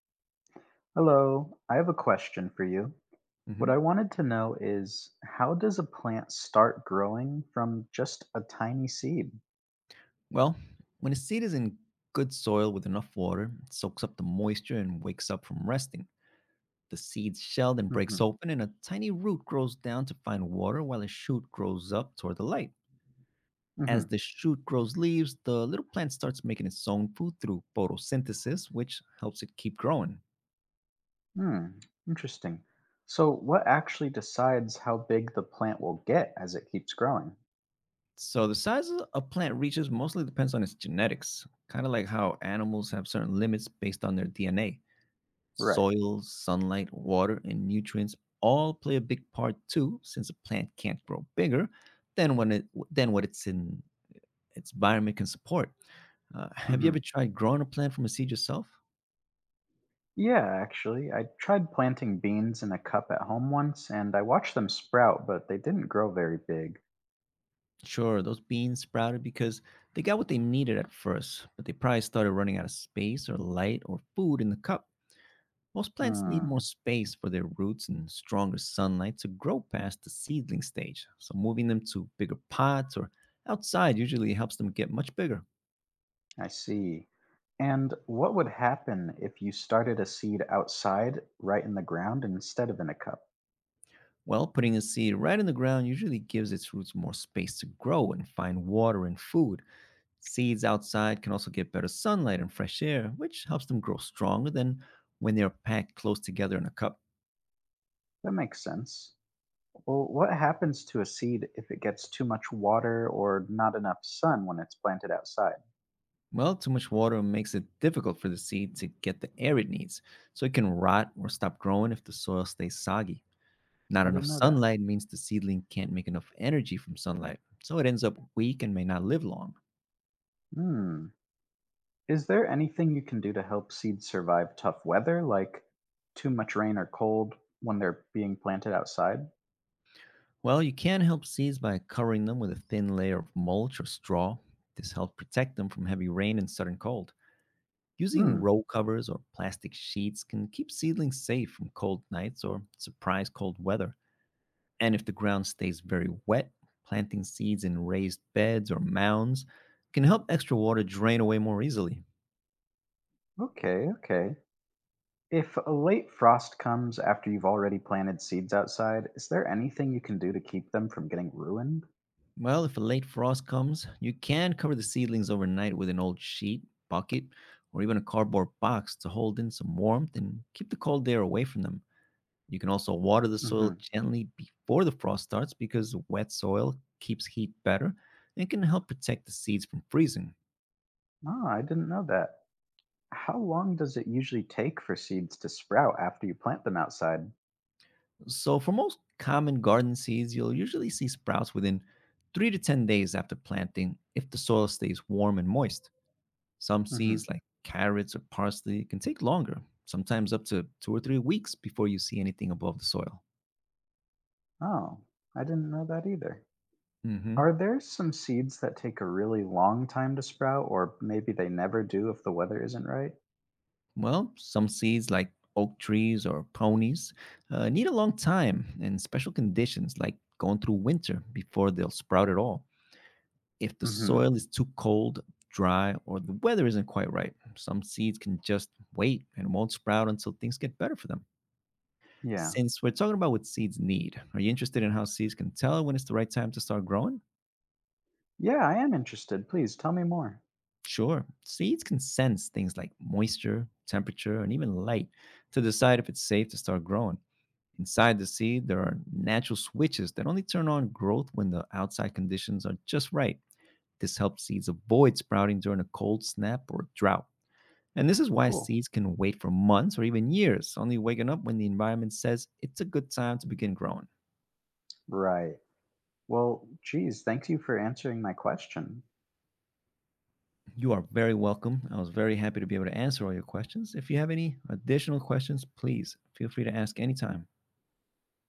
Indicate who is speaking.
Speaker 1: Hello, I have a question for you. What I
Speaker 2: hmm
Speaker 1: wanted to know is how does a plant start growing from just a tiny seed?
Speaker 2: Well, when a seed is in good soil with enough water, it soaks up the moisture and wakes up from resting. The seed's shell then breaks
Speaker 1: Mm-hmm.
Speaker 2: open, and a tiny root grows down to find water while a shoot grows up toward the light.
Speaker 1: Mm-hmm.
Speaker 2: As the shoot grows leaves, the little plant starts making its own food through photosynthesis, which helps it keep growing.
Speaker 1: Hmm. Interesting. So, what actually decides how big the plant will get as it keeps growing?
Speaker 2: So, the size of a plant reaches mostly depends on its genetics, kind of like how animals have certain limits based on their DNA.
Speaker 1: Right.
Speaker 2: Soil, sunlight, water, and nutrients all play a big part too, since a plant can't grow bigger than what it's in its environment can support. Have you
Speaker 1: Mm-hmm.
Speaker 2: ever tried growing a plant from a seed yourself?
Speaker 1: Yeah, actually, I tried planting beans in a cup at home once, and I watched them sprout, but they didn't grow very big.
Speaker 2: Sure, those beans sprouted because they got what they needed at first, but they probably started running out of space or light or food in the cup. Most plants need more
Speaker 1: Hmm.
Speaker 2: space for their roots and stronger sunlight to grow past the seedling stage, so moving them to bigger pots or outside usually helps them get much bigger.
Speaker 1: I see. And what would happen if you started a seed outside, right in the ground, instead of in a cup?
Speaker 2: Well, putting a seed right in the ground usually gives its roots more space to grow and find water and food. Seeds outside can also get better sunlight and fresh air, which helps them grow stronger than when they are packed close together in a cup.
Speaker 1: That makes sense. Well, what happens to a seed if it gets too much water or not enough sun when it's planted outside?
Speaker 2: Well, too much water makes it difficult for the seed to get the air it needs, so it can rot or stop growing if the soil stays soggy. Not
Speaker 1: I
Speaker 2: enough
Speaker 1: didn't know that.
Speaker 2: sunlight means the seedling can't make enough energy from sunlight, so it ends up weak and may not live long.
Speaker 1: Hmm. Is there anything you can do to help seeds survive tough weather, like too much rain or cold when they're being planted outside?
Speaker 2: Well, you can help seeds by covering them with a thin layer of mulch or straw. This helps protect them from heavy rain and sudden cold. Using
Speaker 1: Hmm.
Speaker 2: roll covers or plastic sheets can keep seedlings safe from cold nights or surprise cold weather. And if the ground stays very wet, planting seeds in raised beds or mounds can help extra water drain away more easily.
Speaker 1: Okay, okay. If a late frost comes after you've already planted seeds outside, is there anything you can do to keep them from getting ruined?
Speaker 2: Well, if a late frost comes, you can cover the seedlings overnight with an old sheet, bucket, or even a cardboard box to hold in some warmth and keep the cold air away from them. You can also water the soil
Speaker 1: Mm-hmm.
Speaker 2: gently before the frost starts because wet soil keeps heat better and can help protect the seeds from freezing.
Speaker 1: Oh, I didn't know that. How long does it usually take for seeds to sprout after you plant them outside?
Speaker 2: So, for most common garden seeds, you'll usually see sprouts within 3 to 10 days after planting if the soil stays warm and moist. Some seeds,
Speaker 1: Mm-hmm.
Speaker 2: like carrots or parsley, can take longer, sometimes up to 2 or 3 weeks before you see anything above the soil.
Speaker 1: Oh, I didn't know that either. Are
Speaker 2: hmm
Speaker 1: there some seeds that take a really long time to sprout, or maybe they never do if the weather isn't right?
Speaker 2: Well, some seeds, like oak trees or ponies, need a long time and special conditions, like going through winter, before they'll sprout at all. If the
Speaker 1: Mm-hmm.
Speaker 2: soil is too cold, dry, or the weather isn't quite right, some seeds can just wait and won't sprout until things get better for them.
Speaker 1: Yeah.
Speaker 2: Since we're talking about what seeds need, are you interested in how seeds can tell when it's the right time to start growing?
Speaker 1: Yeah, I am interested. Please tell me more.
Speaker 2: Sure. Seeds can sense things like moisture, temperature, and even light to decide if it's safe to start growing. Inside the seed, there are natural switches that only turn on growth when the outside conditions are just right. This helps seeds avoid sprouting during a cold snap or drought. And this is why
Speaker 1: Cool.
Speaker 2: seeds can wait for months or even years, only waking up when the environment says it's a good time to begin growing.
Speaker 1: Right. Well, geez, thank you for answering my question.
Speaker 2: You are very welcome. I was very happy to be able to answer all your questions. If you have any additional questions, please feel free to ask anytime.